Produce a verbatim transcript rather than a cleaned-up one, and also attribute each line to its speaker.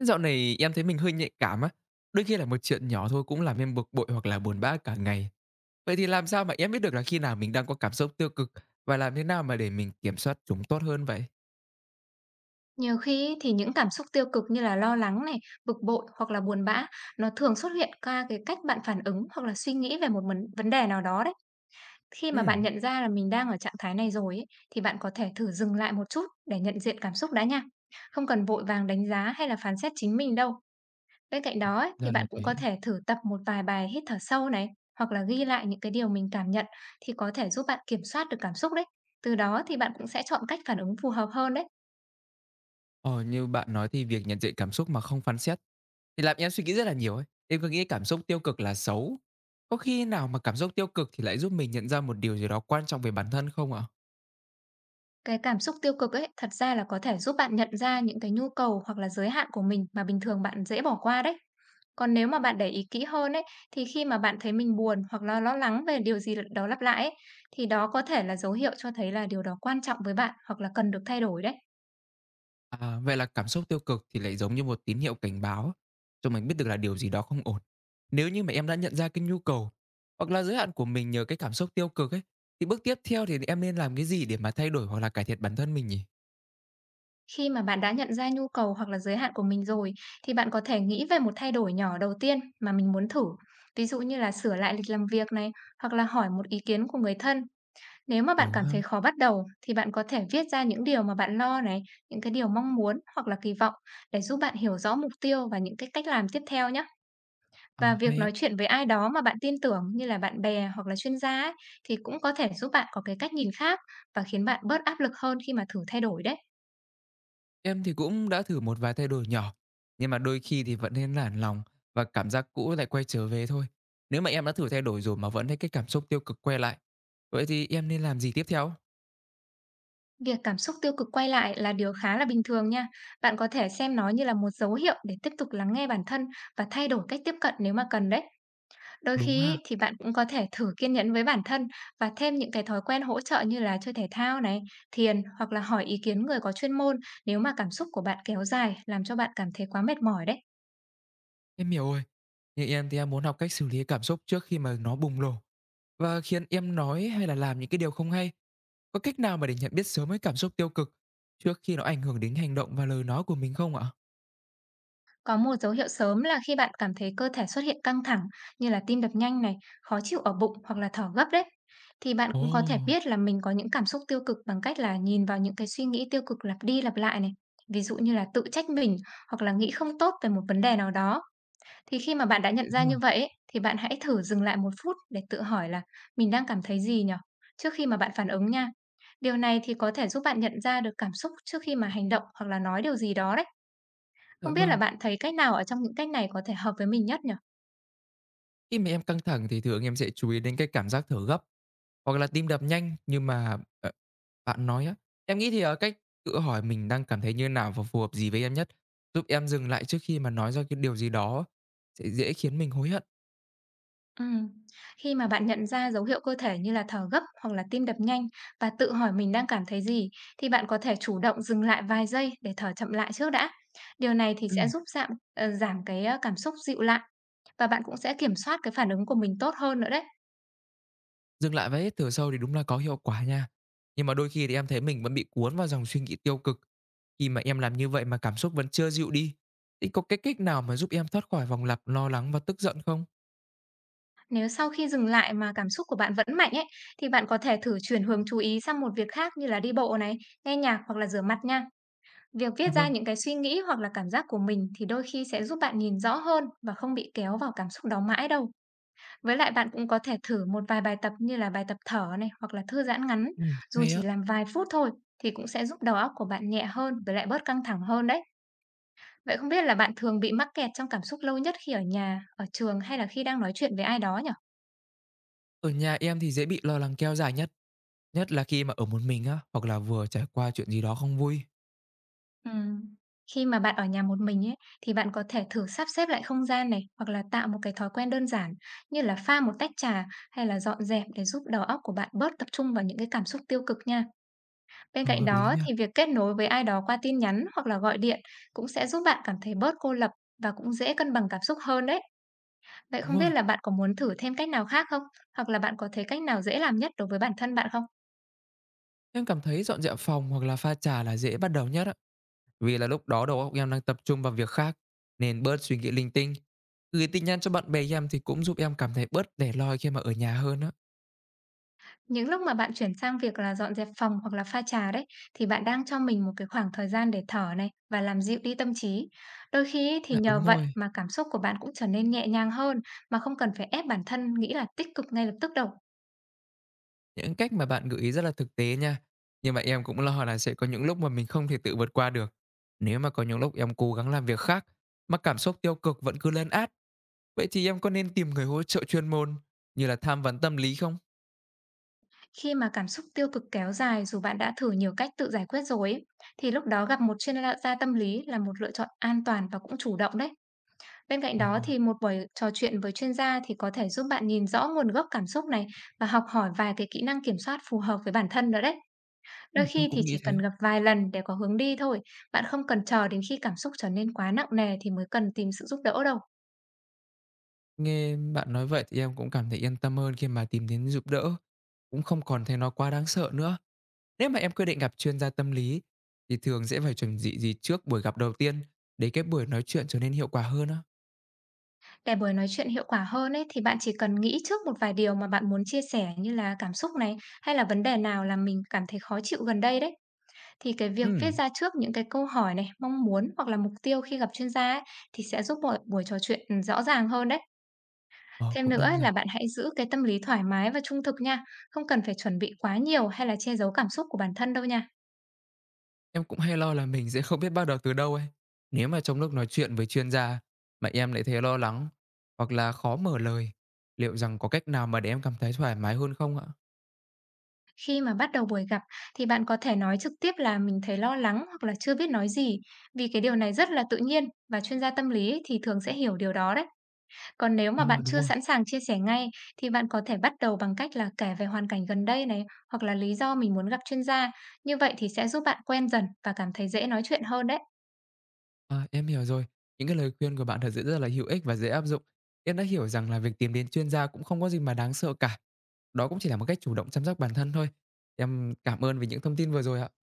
Speaker 1: Dạo này em thấy mình hơi nhạy cảm á. Đôi khi là một chuyện nhỏ thôi cũng làm em bực bội hoặc là buồn bã cả ngày. Vậy thì làm sao mà em biết được là khi nào mình đang có cảm xúc tiêu cực và làm thế nào mà để mình kiểm soát chúng tốt hơn vậy?
Speaker 2: Nhiều khi ấy thì những cảm xúc tiêu cực như là lo lắng này, bực bội hoặc là buồn bã, nó thường xuất hiện qua cái cách bạn phản ứng hoặc là suy nghĩ về một vấn vấn đề nào đó đấy. Khi mà bạn
Speaker 1: Ừm,
Speaker 2: nhận ra là mình đang ở trạng thái này rồi ấy, thì bạn có thể thử dừng lại một chút để nhận diện cảm xúc đã nha. Không cần vội vàng đánh giá hay là phán xét chính mình đâu. Bên cạnh
Speaker 1: à,
Speaker 2: đó ấy, thì
Speaker 1: ra là
Speaker 2: bạn cũng
Speaker 1: thế.
Speaker 2: có thể thử tập một vài bài hít thở sâu này hoặc là ghi lại những cái điều mình cảm nhận thì có thể giúp bạn kiểm soát được cảm xúc đấy. Từ đó thì bạn cũng sẽ chọn cách phản ứng phù hợp hơn đấy.
Speaker 1: Ờ, như bạn nói thì việc nhận diện cảm xúc mà không phán xét thì làm em suy nghĩ rất là nhiều ấy. Em cứ nghĩ cảm xúc tiêu cực là xấu. Có khi nào mà cảm xúc tiêu cực thì lại giúp mình nhận ra một điều gì đó quan trọng về bản thân không ạ?
Speaker 2: Cái cảm xúc tiêu cực ấy, thật ra là có thể giúp bạn nhận ra những cái nhu cầu hoặc là giới hạn của mình mà bình thường bạn dễ bỏ qua đấy. Còn nếu mà bạn để ý kỹ hơn ấy, thì khi mà bạn thấy mình buồn hoặc là lo lắng về điều gì đó lặp lại ấy, thì đó có thể là dấu hiệu cho thấy là điều đó quan trọng với bạn hoặc là cần được thay đổi đấy.
Speaker 1: À, vậy là cảm xúc tiêu cực thì lại giống như một tín hiệu cảnh báo cho mình biết được là điều gì đó không ổn. Nếu như mà em đã nhận ra cái nhu cầu hoặc là giới hạn của mình nhờ cái cảm xúc tiêu cực ấy, thì bước tiếp theo thì em nên làm cái gì để mà thay đổi hoặc là cải thiện bản thân mình nhỉ?
Speaker 2: Khi mà bạn đã nhận ra nhu cầu hoặc là giới hạn của mình rồi, thì bạn có thể nghĩ về một thay đổi nhỏ đầu tiên mà mình muốn thử. Ví dụ như là sửa lại lịch làm việc này, hoặc là hỏi một ý kiến của người thân. Nếu mà
Speaker 1: Ừ
Speaker 2: bạn cảm
Speaker 1: ha,
Speaker 2: thấy khó bắt đầu thì bạn có thể viết ra những điều mà bạn lo này, những cái điều mong muốn hoặc là kỳ vọng để giúp bạn hiểu rõ mục tiêu và những cái cách làm tiếp theo nhé. Và
Speaker 1: ờ,
Speaker 2: việc
Speaker 1: hay á.
Speaker 2: nói chuyện với ai đó mà bạn tin tưởng như là bạn bè hoặc là chuyên gia ấy, thì cũng có thể giúp bạn có cái cách nhìn khác và khiến bạn bớt áp lực hơn khi mà thử thay đổi đấy.
Speaker 1: Em thì cũng đã thử một vài thay đổi nhỏ, nhưng mà đôi khi thì vẫn nên nản lòng và cảm giác cũ lại quay trở về thôi. Nếu mà em đã thử thay đổi rồi mà vẫn thấy cái cảm xúc tiêu cực quay lại, vậy thì em nên làm gì tiếp theo?
Speaker 2: Việc cảm xúc tiêu cực quay lại là điều khá là bình thường nha. Bạn có thể xem nó như là một dấu hiệu để tiếp tục lắng nghe bản thân và thay đổi cách tiếp cận nếu mà cần đấy. Đôi
Speaker 1: Đúng
Speaker 2: khi
Speaker 1: ha,
Speaker 2: ấy, thì bạn cũng có thể thử kiên nhẫn với bản thân và thêm những cái thói quen hỗ trợ như là chơi thể thao này, thiền hoặc là hỏi ý kiến người có chuyên môn nếu mà cảm xúc của bạn kéo dài làm cho bạn cảm thấy quá mệt mỏi đấy.
Speaker 1: em hiểu rồi. Như em thì em muốn học cách xử lý cảm xúc trước khi mà nó bùng nổ và khiến em nói hay là làm những cái điều không hay. Có cách nào mà để nhận biết sớm cái cảm xúc tiêu cực trước khi nó ảnh hưởng đến hành động và lời nói của mình không ạ?
Speaker 2: Có một dấu hiệu sớm là khi bạn cảm thấy cơ thể xuất hiện căng thẳng như là tim đập nhanh này, khó chịu ở bụng hoặc là thở gấp đấy. Thì bạn
Speaker 1: Ồ,
Speaker 2: cũng có thể biết là mình có những cảm xúc tiêu cực bằng cách là nhìn vào những cái suy nghĩ tiêu cực lặp đi lặp lại này. Ví dụ như là tự trách mình hoặc là nghĩ không tốt về một vấn đề nào đó. Thì khi mà bạn đã nhận ra
Speaker 1: đúng rồi.
Speaker 2: như vậy ấy, thì bạn hãy thử dừng lại một phút để tự hỏi là mình đang cảm thấy gì nhỉ? Trước khi mà bạn phản ứng nha. Điều này thì có thể giúp bạn nhận ra được cảm xúc trước khi mà hành động hoặc là nói điều gì đó đấy.
Speaker 1: Dạ
Speaker 2: Không biết là
Speaker 1: vâng.
Speaker 2: bạn thấy cách nào ở trong những cách này có thể hợp với mình nhất nhỉ?
Speaker 1: Khi mà em căng thẳng thì thường em sẽ chú ý đến cái cảm giác thở gấp hoặc là tim đập nhanh nhưng mà ờ, bạn nói á, em nghĩ thì ở cách tự hỏi mình đang cảm thấy như nào và phù hợp gì với em nhất giúp em dừng lại trước khi mà nói ra cái điều gì đó sẽ dễ khiến mình hối hận.
Speaker 2: Ừm, khi mà bạn nhận ra dấu hiệu cơ thể như là thở gấp hoặc là tim đập nhanh và tự hỏi mình đang cảm thấy gì thì bạn có thể chủ động dừng lại vài giây để thở chậm lại trước đã. Điều này thì
Speaker 1: Ừ.
Speaker 2: sẽ giúp giảm ờ, giảm cái ờ, cảm xúc dịu lại và bạn cũng sẽ kiểm soát cái phản ứng của mình tốt hơn nữa đấy.
Speaker 1: Dừng lại và hít thở sâu thì đúng là có hiệu quả nha. Nhưng mà đôi khi thì em thấy mình vẫn bị cuốn vào dòng suy nghĩ tiêu cực. Khi mà em làm như vậy mà cảm xúc vẫn chưa dịu đi, thì có cái cách nào mà giúp em thoát khỏi vòng lặp lo lắng và tức giận không?
Speaker 2: Nếu sau khi dừng lại mà cảm xúc của bạn vẫn mạnh ấy thì bạn có thể thử chuyển hướng chú ý sang một việc khác như là đi bộ này, nghe nhạc hoặc là rửa mặt nha. Việc
Speaker 1: À
Speaker 2: viết ra
Speaker 1: vâng,
Speaker 2: những cái suy nghĩ hoặc là cảm giác của mình thì đôi khi sẽ giúp bạn nhìn rõ hơn và không bị kéo vào cảm xúc đó mãi đâu. Với lại bạn cũng có thể thử một vài bài tập như là bài tập thở này hoặc là thư giãn ngắn,
Speaker 1: ừ,
Speaker 2: dù
Speaker 1: hay
Speaker 2: chỉ
Speaker 1: á.
Speaker 2: làm vài phút thôi thì cũng sẽ giúp đầu óc của bạn nhẹ hơn với lại bớt căng thẳng hơn đấy. Vậy không biết là bạn thường bị mắc kẹt trong cảm xúc lâu nhất khi ở nhà, ở trường hay là khi đang nói chuyện với ai đó nhỉ?
Speaker 1: Ở nhà em thì dễ bị lo lắng kéo dài nhất, nhất là khi mà ở một mình á, hoặc là vừa trải qua chuyện gì đó không vui.
Speaker 2: Ừm. Khi mà bạn ở nhà một mình ấy, thì bạn có thể thử sắp xếp lại không gian này, hoặc là tạo một cái thói quen đơn giản như là pha một tách trà hay là dọn dẹp để giúp đầu óc của bạn bớt tập trung vào những cái cảm xúc tiêu cực nha. Bên
Speaker 1: Ờ,
Speaker 2: cạnh
Speaker 1: hợp lý
Speaker 2: đó
Speaker 1: nha.
Speaker 2: thì việc kết nối với ai đó qua tin nhắn hoặc là gọi điện cũng sẽ giúp bạn cảm thấy bớt cô lập và cũng dễ cân bằng cảm xúc hơn đấy. Vậy
Speaker 1: Đúng
Speaker 2: không
Speaker 1: rồi,
Speaker 2: biết là bạn có muốn thử thêm cách nào khác không? Hoặc là bạn có thấy cách nào dễ làm nhất đối với bản thân bạn không?
Speaker 1: em cảm thấy dọn dẹp phòng hoặc là pha trà là dễ bắt đầu nhất á. Vì là lúc đó đầu óc em đang tập trung vào việc khác, nên bớt suy nghĩ linh tinh. Gửi tin nhắn cho bạn bè em thì cũng giúp em cảm thấy bớt lẻ loi khi mà ở nhà hơn á.
Speaker 2: Những lúc mà bạn chuyển sang việc là dọn dẹp phòng hoặc là pha trà đấy, thì bạn đang cho mình một cái khoảng thời gian để thở này và làm dịu đi tâm trí. Đôi khi ấy, thì
Speaker 1: Dạ,
Speaker 2: nhờ
Speaker 1: đúng
Speaker 2: vậy
Speaker 1: rồi,
Speaker 2: mà cảm xúc của bạn cũng trở nên nhẹ nhàng hơn mà không cần phải ép bản thân nghĩ là tích cực ngay lập tức đâu.
Speaker 1: những cách mà bạn gợi ý rất là thực tế nha. Nhưng mà em cũng lo là sẽ có những lúc mà mình không thể tự vượt qua được. Nếu mà có những lúc em cố gắng làm việc khác, mà cảm xúc tiêu cực vẫn cứ lên át, vậy thì em có nên tìm người hỗ trợ chuyên môn như là tham vấn tâm lý không?
Speaker 2: Khi mà cảm xúc tiêu cực kéo dài dù bạn đã thử nhiều cách tự giải quyết rồi ấy, thì lúc đó gặp một chuyên gia tâm lý là một lựa chọn an toàn và cũng chủ động đấy. Bên cạnh đó
Speaker 1: À,
Speaker 2: thì một buổi trò chuyện với chuyên gia thì có thể giúp bạn nhìn rõ nguồn gốc cảm xúc này và học hỏi vài cái kỹ năng kiểm soát phù hợp với bản thân nữa đấy.
Speaker 1: ừ,
Speaker 2: Đôi
Speaker 1: em
Speaker 2: khi thì
Speaker 1: cũng nghĩ
Speaker 2: chỉ
Speaker 1: thế.
Speaker 2: cần gặp vài lần để có hướng đi thôi, bạn không cần chờ đến khi cảm xúc trở nên quá nặng nề thì mới cần tìm sự giúp đỡ đâu.
Speaker 1: Nghe bạn nói vậy thì em cũng cảm thấy yên tâm hơn khi mà tìm đến giúp đỡ, cũng không còn thấy nó quá đáng sợ nữa. Nếu mà em quyết định gặp chuyên gia tâm lý thì thường sẽ phải chuẩn bị gì trước buổi gặp đầu tiên để cái buổi nói chuyện trở nên hiệu quả hơn á?
Speaker 2: Để buổi nói chuyện hiệu quả hơn ấy thì bạn chỉ cần nghĩ trước một vài điều mà bạn muốn chia sẻ như là cảm xúc này hay là vấn đề nào làm mình cảm thấy khó chịu gần đây đấy. Thì cái việc
Speaker 1: Ừ,
Speaker 2: viết ra trước những cái câu hỏi này, mong muốn hoặc là mục tiêu khi gặp chuyên gia ấy, thì sẽ giúp buổi buổi trò chuyện, ừm, rõ ràng hơn đấy.
Speaker 1: ờ,
Speaker 2: Thêm
Speaker 1: cũng
Speaker 2: nữa
Speaker 1: đơn
Speaker 2: ấy là
Speaker 1: giản.
Speaker 2: bạn hãy giữ cái tâm lý thoải mái và trung thực nha, không cần phải chuẩn bị quá nhiều hay là che giấu cảm xúc của bản thân đâu nha.
Speaker 1: Em cũng hay lo là mình sẽ không biết bắt đầu từ đâu ấy. Nếu mà trong lúc nói chuyện với chuyên gia mà em lại thấy lo lắng hoặc là khó mở lời, liệu rằng có cách nào mà để em cảm thấy thoải mái hơn không ạ?
Speaker 2: Khi mà bắt đầu buổi gặp thì bạn có thể nói trực tiếp là mình thấy lo lắng hoặc là chưa biết nói gì, vì cái điều này rất là tự nhiên và chuyên gia tâm lý ấy thì thường sẽ hiểu điều đó đấy. Còn nếu mà
Speaker 1: À,
Speaker 2: bạn
Speaker 1: đúng
Speaker 2: chưa
Speaker 1: rồi.
Speaker 2: sẵn sàng chia sẻ ngay thì bạn có thể bắt đầu bằng cách là kể về hoàn cảnh gần đây này, hoặc là lý do mình muốn gặp chuyên gia. Như vậy thì sẽ giúp bạn quen dần và cảm thấy dễ nói chuyện hơn đấy.
Speaker 1: À, em hiểu rồi. Những cái lời khuyên của bạn thật sự rất là hữu ích và dễ áp dụng. Em đã hiểu rằng là việc tìm đến chuyên gia cũng không có gì mà đáng sợ cả. Đó cũng chỉ là một cách chủ động chăm sóc bản thân thôi. Em cảm ơn vì những thông tin vừa rồi ạ.